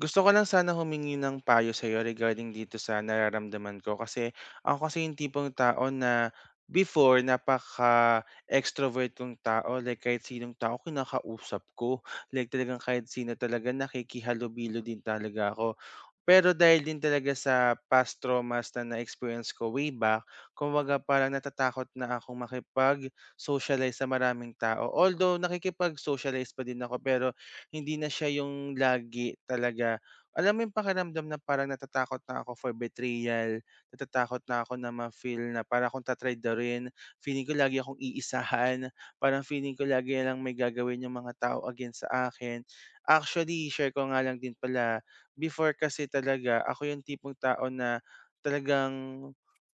Gusto ko lang sana humingi ng payo sa'yo regarding dito sa nararamdaman ko kasi ako kasi yung tipong tao na before napaka-extrovert kong tao, like kahit sinong tao kinakausap ko, like talagang kahit sino talaga nakikihalubilo din talaga ako. Pero dahil din talaga sa past traumas na na-experience ko way back, kumbaga parang natatakot na akong makipag-socialize sa maraming tao. Although nakikipag-socialize pa din ako, pero hindi na siya yung lagi talaga. Alam mo yung pakiramdam na parang natatakot na ako for betrayal, natatakot na ako na ma-feel na parang akong tatry na rin. Feeling ko lagi akong iisahan, parang feeling ko lagi lang may gagawin yung mga tao against sa akin. Actually, share ko nga lang din pala, before kasi talaga ako yung tipong tao na talagang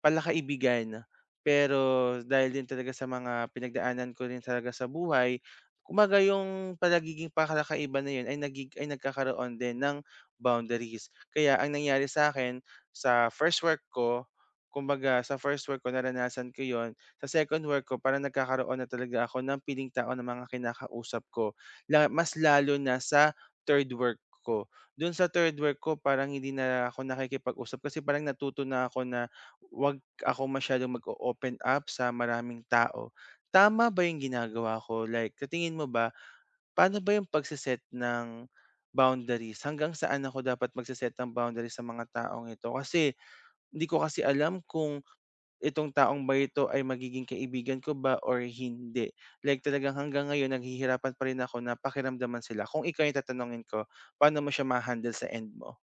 palakaibigan. Pero dahil din talaga sa mga pinagdaanan ko rin talaga sa buhay, kumbaga yung palagiging pakakaiba na yun ay, nagig ay nagkakaroon din ng boundaries. Kaya ang nangyari sa'kin sa first work ko, kumbaga sa first work ko naranasan ko yon. Sa second work ko parang nagkakaroon na talaga ako ng piling tao ng mga kinakausap ko, mas lalo na sa third work ko. Do'n sa third work ko parang hindi na ako nakikipag-usap kasi parang natuto na ako na 'wag ako masyadong mag open up sa maraming tao. Tama ba yung ginagawa ko? Like katingin mo ba, paano ba yung pagse-set ng boundaries? Hanggang saan ako dapat magse-set ng boundaries sa mga taong ito? Kasi hindi ko kasi alam kung itong taong ba ito ay magiging kaibigan ko ba or hindi. Like talagang hanggang ngayon naghihirapan pa rin ako na pakiramdaman sila. Kung ikaw yung tatanungin ko, paano mo siya ma-handle sa end mo?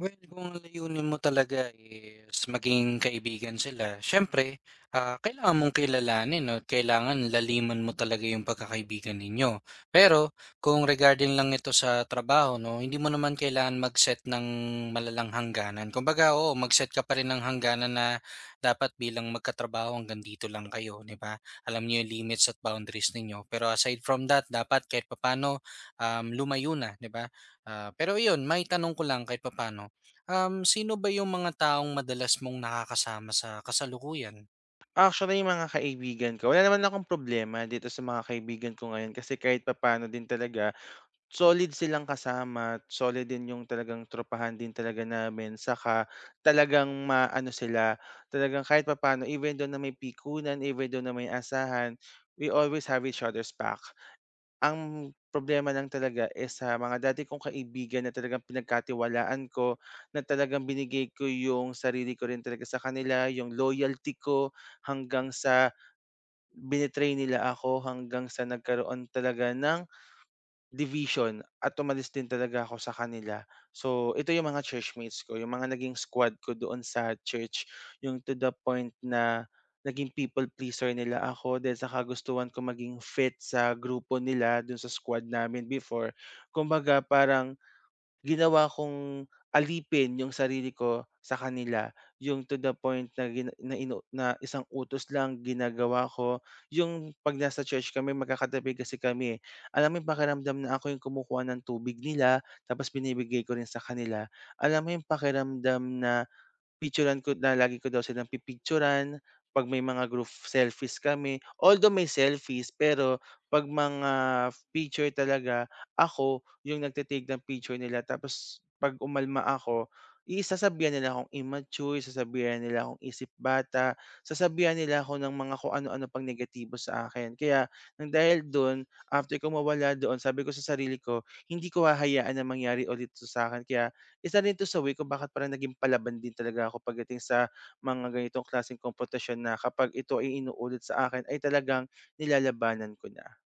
Well, kung ang layunin mo talaga is maging kaibigan sila, siyempre, kailangan mong kilalanin, no? At kailangan laliman mo talaga yung pagkakaibigan ninyo. Pero kung regarding lang ito sa trabaho, no, hindi mo naman kailangan mag-set ng malalang hangganan. Kumbaga, oo, mag-set ka pa rin ng hangganan na dapat bilang magkatrabaho hanggang dito lang kayo, di ba? Alam niyo yung limits at boundaries ninyo. Pero aside from that, dapat kahit papano lumayo na, di ba? Ah, pero yun, may tanong ko lang kahit papano. Sino ba yung mga taong madalas mong nakakasama sa kasalukuyan? Actually, yung mga kaibigan ko, wala naman akong problema dito sa mga kaibigan ko ngayon kasi kahit papano din talaga, solid silang kasama, at solid din yung talagang tropahan din talaga namin, saka talagang maano sila, talagang kahit papano, even though na may pikunan, even though na may asahan, we always have each other's back. Ang problema lang talaga is sa mga dati kong kaibigan na talagang pinagkatiwalaan ko, na talagang binigay ko yung sarili ko rin talaga sa kanila, yung loyalty ko hanggang sa binitray nila ako, hanggang sa nagkaroon talaga ng division at umalis din talaga ako sa kanila. So, ito yung mga churchmates ko, yung mga naging squad ko doon sa church, yung to the point na naging people pleaser nila ako dahil sa kagustuhan ko maging fit sa grupo nila dun sa squad namin before. Kumbaga parang ginawa kong alipin yung sarili ko sa kanila, yung to the point na gina na inu na isang utos lang ginagawa ko. Yung 'pag nasa church kami magkakatabi kasi kami, eh. Alam mo yung pakiramdam na ako yung kumukuha ng tubig nila tapos binibigay ko rin sa kanila. Alam mo yung pakiramdam na Picturan ko na lagi ko daw silang pi 'pag may mga group selfies kami. Although may selfies, pero 'pag mga picture talaga, ako yung nagte ng picture nila tapos 'pag umalma ako, sasabihan nila akong immature, sasabihan nila akong isip bata, sasabihan nila ako ng mga kung ano-ano pang negatibo sa akin. Kaya nang dahil dun, after ko mawala doon, sabi ko sa sarili ko, hindi ko hahayaan na mangyari ulit 'to sa akin. Kaya isa rin 'to sa way kung bakit parang naging palaban din talaga ako pagdating sa mga ganitong klaseng kompetisyon na kapag ito ay inuulit sa akin ay talagang nilalabanan ko na.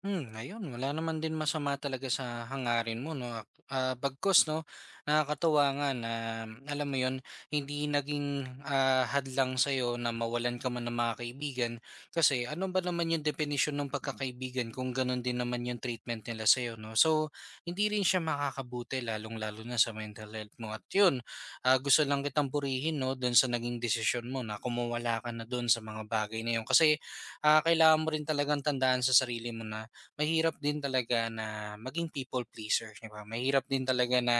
Hmm, ayun wala naman din masama talaga sa hangarin mo 'no, bagkus 'no, nakakatuwa nga na alam mo yon, hindi naging, hadlang sa'yo na mawalan ka man ng mga kaibigan. Kasi ano ba naman 'yung definition ng pagkakaibigan kung gano'n din naman 'yung treatment nila sa'yo 'no. So, hindi rin siya makakabuti lalong-lalo na sa mental health mo at 'yun, gusto lang kitang purihin 'no do'n sa naging desisyon mo na kumuwala ka na do'n sa mga bagay na 'yun. Kasi, kailangan mo rin talagang tandaan sa sarili mo na mahirap din talaga na maging people pleaser, 'di ba? Mahirap din talaga na,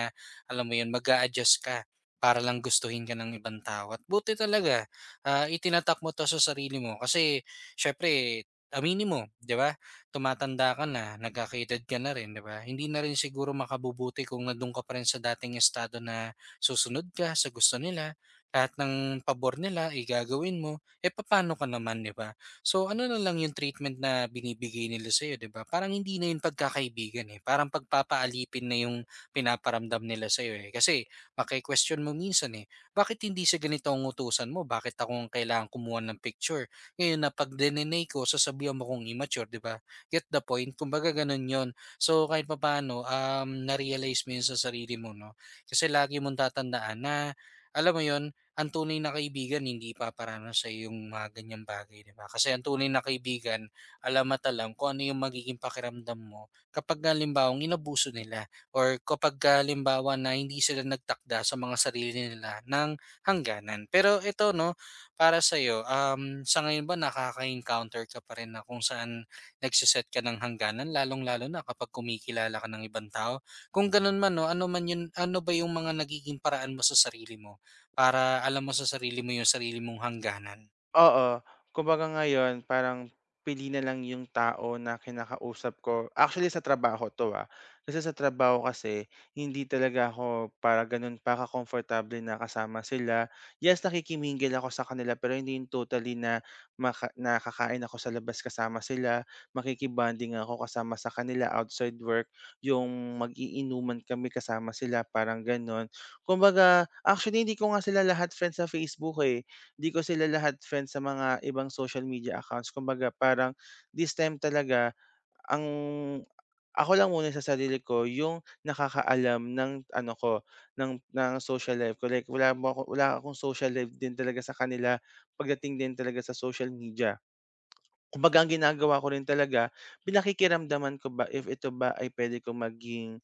alam mo 'yun, mag adjust ka para lang gustuhin ka ng ibang tao. At buti talaga, itinatak mo 'to sa sarili mo kasi syempre, aminin mo, 'di ba? Tumatanda ka na, nagkaka-edad ka na rin, 'di ba? Hindi na rin siguro makabubuti kung nandun ka pa rin sa dating estado na susunod ka sa gusto nila, lahat ng pabor nila igagawin mo, eh paano ka naman, 'di ba? So ano na lang yung treatment na binibigay nila sa'yo, 'di ba? Parang hindi na yun pagkakaibigan, eh, parang pagpapaalipin na yung pinaparamdam nila sa'yo, eh. Kasi maki-question mo minsan, eh, "Bakit hindi sa ganito ang utusan mo? Bakit ako ang kailangan kumuha ng picture? Ngayon na 'pag dininay ko, sasabihan mo kong immature," 'di ba? Get the point? Kumbaga ganun yon. So kahit papaano, na-realize mo yun sa sarili mo 'no? Kasi lagi mong tatandaan na, alam mo yon, ang tunay na kaibigan hindi ipaparanas sa yung mga ganyang bagay, 'di ba? Kasi ang tunay na kaibigan, alam at alam kung ano yung magiging pakiramdam mo kapag halimbawang inabuso nila or kapag halimbawa na hindi sila nagtakda sa mga sarili nila ng hangganan. Pero ito, no, para sa'yo, sa ngayon ba nakaka-encounter ka pa rin na kung saan nagsiset ka ng hangganan, lalong-lalo na kapag kumikilala ka ng ibang tao? Kung ganun man, no, ano, man yun, ano ba yung mga nagiging paraan mo sa sarili mo? Para alam mo sa sarili mo yung sarili mong hangganan. Oo, kumbaga ngayon parang pili na lang yung tao na kinakausap ko. Actually sa trabaho 'to, ah. Kasi sa trabaho kasi hindi talaga ako para gano'n pa ka-komportable na kasama sila. Yes, nakikimingle ako sa kanila pero hindi yung totally na maka na ako sa labas kasama sila, makiki ako kasama sa kanila outside work, yung mag-iinuman kami kasama sila, parang gano'n. Kumbaga, actually hindi ko nga sila lahat friends sa Facebook, eh. 'Di ko sila lahat friend sa mga ibang social media accounts. Kumbaga parang this time talaga ang ako lang muna sa sarili ko yung nakakaalam ng ano ko, ng social life ko. Like wala akong social life din talaga sa kanila pagdating din talaga sa social media. Kumbaga ang ginagawa ko rin talaga, pinakikiramdaman ko ba if ito ba ay puwede ko maging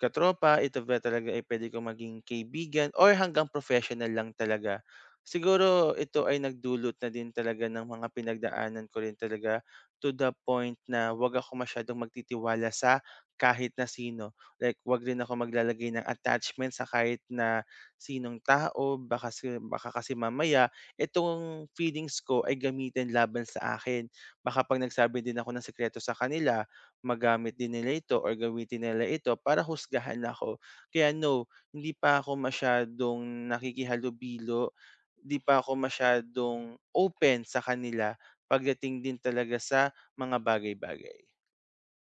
katropa, ito ba talaga ay puwede kong maging kaibigan or hanggang professional lang talaga. Siguro ito ay nagdulot na din talaga ng mga pinagdaanan ko rin talaga to the point na 'wag ako masyadong magtitiwala sa kahit na sino. Like 'wag rin ako maglalagay ng attachment sa kahit na sinong tao baka kasi mamaya itong feelings ko ay gamitin laban sa akin. Baka 'pag nagsabi din ako ng sekreto sa kanila magamit din nila ito or gamitin nila ito para husgahan ako. Kaya no, hindi pa ako masyadong nakikihalubilo, hindi pa ako masyadong open sa kanila pagdating din talaga sa mga bagay-bagay.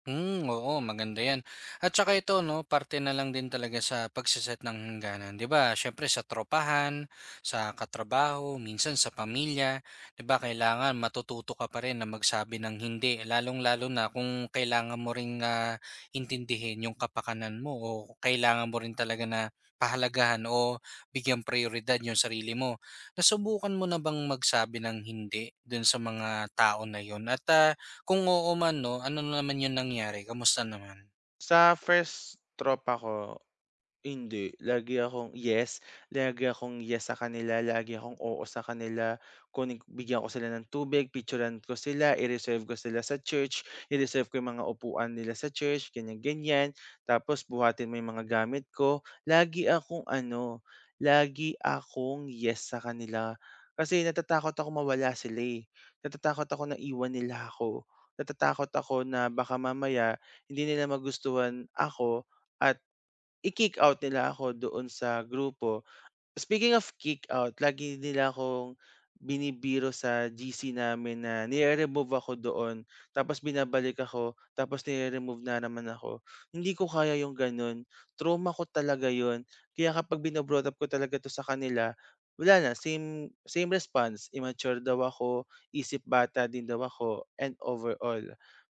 Hmm, oo maganda 'yan. At saka ito 'no, parte na lang din talaga sa pagse ng hangganan, 'di ba? Siyempre sa tropahan, sa katrabaho, minsan sa pamilya, 'di ba kailangan matututo ka pa rin na magsabi ng hindi, lalong-lalo na kung kailangan mo ring, intindihin yung kapakanan mo o kailangan mo rin talaga na pahalagahan o bigyan prioridad yung sarili mo. Nasubukan mo na bang magsabi ng hindi dun sa mga tao na yun at, kung oo man 'no, ano naman yung nangyari, kamusta naman? Sa first tropa ko hindi, lagi akong yes sa kanila, lagi akong oo sa kanila. Kunin bigyan ko sila ng tubig, picturean ko sila, i-reserve ko sila sa church, i-reserve ko 'yung mga upuan nila sa church, ganyan, ganyan. Tapos buhatin mo 'yung mga gamit ko. Lagi akong ano, lagi akong yes sa kanila. Kasi natatakot akong mawala sila, eh. Natatakot ako na iwan nila ako. Natatakot ako na baka mamaya hindi nila magustuhan ako at i-kick out nila ako doon sa grupo. Speaking of kick-out, lagi nila akong binibiro sa GC namin na nire-remove ako doon, tapos binabalik ako, tapos nire-remove na naman ako. Hindi ko kaya yung ganun. Trauma ko talaga yun. Kaya kapag bino up ko talaga to sa kanila, wala na, same response. Immature daw ako, isip bata din daw ako, and overall.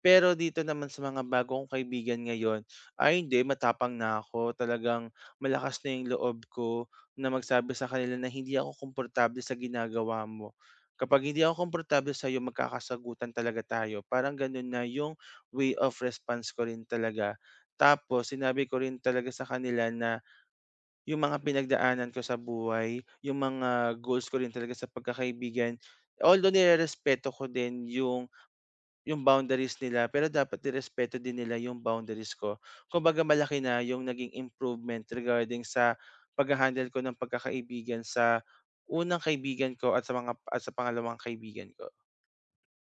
Pero dito naman sa mga bagong kaibigan ngayon, ay hindi, matapang na ako. Talagang malakas na yung loob ko. Na magsabi sa kanila na, "Hindi ako komportable sa ginagawa mo. Kapag hindi ako komportable sa'yo magkakasagutan talaga tayo." Parang gano'n na yung way of response ko rin talaga. Tapos sinabi ko rin talaga sa kanila na yung mga pinagdaanan ko sa buhay, yung mga goals ko rin talaga sa pagkakaibigan, although nirerespeto ko din yung boundaries nila, pero dapat irespeto din nila yung boundaries ko. Kumbaga malaki na yung naging improvement regarding sa pagha-handle ko ng pagkakaibigan sa unang kaibigan ko at sa pangalawang kaibigan ko.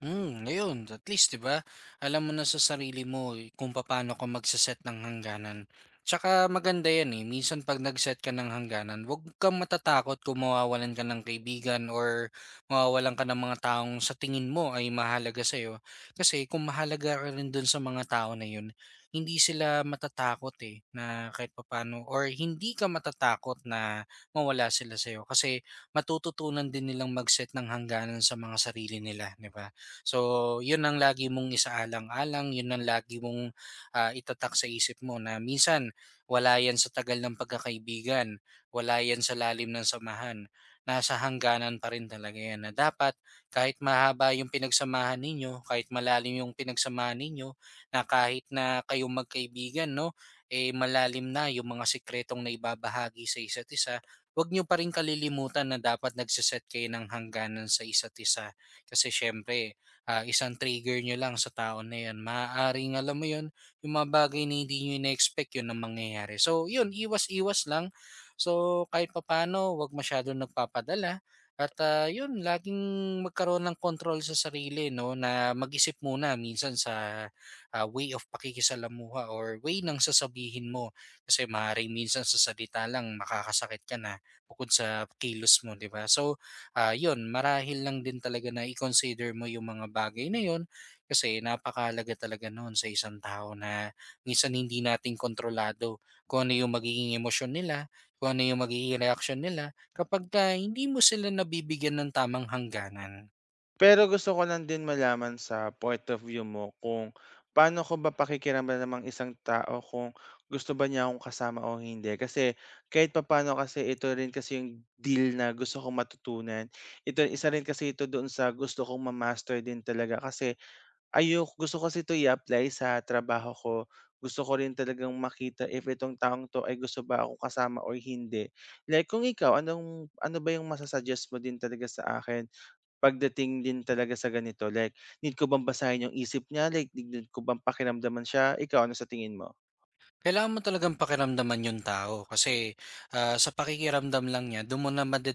Hmm, ayun at least 'di ba, alam mo na sa sarili mo eh, kung paano ka magse ng hangganan. Tsaka maganda 'yan, eh, minsan 'pag nagset ka ng hangganan 'wag kang matatakot kung mawawalan ka ng kaibigan or mawawalan ka ng mga taong sa tingin mo ay mahalaga sa'yo. Kasi kung mahalaga ka rin dun sa mga tao na yun, hindi sila matatakot, eh, na kahit papaano or hindi ka matatakot na mawala sila sa'yo kasi matututunan din nilang magset ng hangganan sa mga sarili nila, 'di ba? So, yun ang lagi mong isaalang-alang, yun ang lagi mong itatak sa isip mo na minsan wala yan sa tagal ng pagkakaibigan, wala yan sa lalim ng samahan. Nasa hangganan pa rin talaga yan na dapat kahit mahaba yung pinagsamahan ninyo, kahit malalim yung pinagsamahan ninyo, na kahit na kayong magkaibigan, no, eh malalim na yung mga sikretong na ibabahagi sa isa't isa, huwag nyo pa rin kalilimutan na dapat nagsiset kayo ng hangganan sa isa't isa. Kasi syempre, isang trigger nyo lang sa tao na 'yon, maaaring alam mo 'yon, yung mga bagay na hindi niyo ine-expect 'yon ang mangyayari. So yun iwas-iwas lang. So kahit papano, 'wag masyadong nagpapadala at 'yun laging magkaroon ng control sa sarili 'no na mag-isip muna minsan sa way of pakikisalamuha or way ng sasabihin mo kasi maaaring minsan sa salita lang makakasakit ka na bukod sa kilos mo, 'di ba? So yun marahil lang din talaga na i-consider mo yung mga bagay na yun kasi napakahalaga talaga noon sa isang tao na minsan hindi natin kontrolado kung ano yung magiging emosyon nila, kung ano yung magiging reaction nila kapag ka hindi mo sila nabibigyan ng tamang hangganan. Pero gusto ko lang din malaman sa point of view mo kung paano ko ba pakikiraman namang isang tao kung gusto ba niya akong kasama o hindi. Kasi kahit papaano kasi ito rin kasi yung deal na gusto kong matutunan. Ito isa rin kasi ito doon sa gusto kong ma-master din talaga kasi gusto ko kasi 'to i-apply sa trabaho ko. Gusto ko rin talagang makita if itong taong 'to ay gusto ba ako kasama or hindi. Like kung ikaw, ano ba yung masu mo din talaga sa akin pagdating din talaga sa ganito? Like need ko bang basahin yung isip niya, like need ko bang pakiramdaman siya? Ikaw, ano sa tingin mo? Kailangan mo talagang pakiramdaman yung tao kasi, sa pakikiramdam lang niya dun mo na made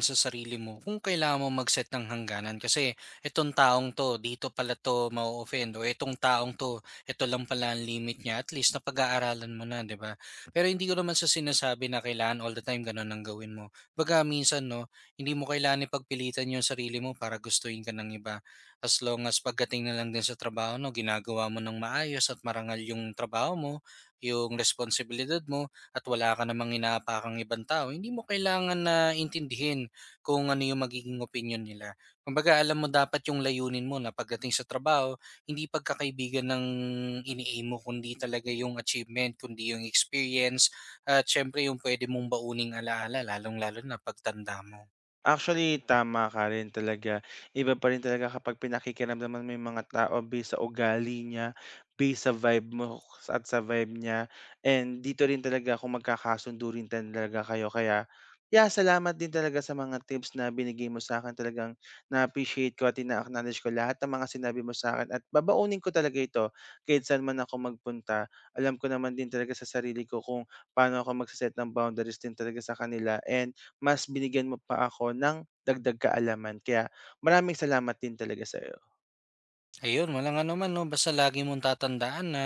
sa sarili mo kung kailangan mo mag-set ng hangganan kasi itong taong 'to dito pala 'to ma-o-offend o itong taong 'to ito lang pala ang limit niya at least napag-aaralan mo na, 'di ba? Pero hindi ko naman sa sinasabi na kailangan all the time ganun ang gawin mo. Kumbaga minsan 'no, hindi mo kailangan ipagpilitan yung sarili mo para gustuhin ka ng iba. As long as pagdating na lang din sa trabaho 'no, ginagawa mo ng maayos at marangal yung trabaho mo yung responsibilidad mo at wala ka namang inaapakang ibang tao, hindi mo kailangan na intindihin kung ano yung magiging opinion nila. Kumbaga, alam mo dapat yung layunin mo na pagdating sa trabaho, hindi pagkakaibigan ng ini-aim mo, kundi talaga yung achievement, kundi yung experience, at syempre yung pwede mong bauning alaala, lalong-lalo na pagtanda mo. Actually, tama ka rin talaga. Iba pa rin talaga kapag pinakikiramdaman mo yung mga tao based sa ugali niya, based sa at sa vibe niya. And dito rin talaga kung magkakasundo rin talaga kayo. Kaya, yeah, salamat din talaga sa mga tips na binigay mo sa akin. Talagang na-appreciate ko at ina-acknowledge ko lahat ng mga sinabi mo sa akin. At babaunin ko talaga ito kahit saan man ako magpunta. Alam ko naman din talaga sa sarili ko kung paano ako magsaset ng boundaries din talaga sa kanila. And mas binigyan mo pa ako ng dagdag kaalaman kaya maraming salamat din talaga sa'yo. Ayun, walang anuman 'no, basta lagi mong tatandaan na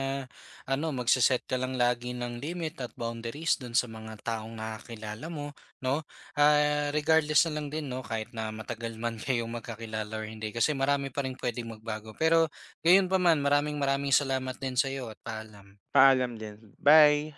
ano, magse-set ka lang lagi ng limit at boundaries do'n sa mga taong nakakilala mo 'no. Regardless na lang din 'no, kahit na matagal man kayong magkakilala or hindi kasi marami pa rin puwedeng magbago. Pero gayon pa man, maraming maraming salamat din sa iyo at paalam. Paalam din, bye.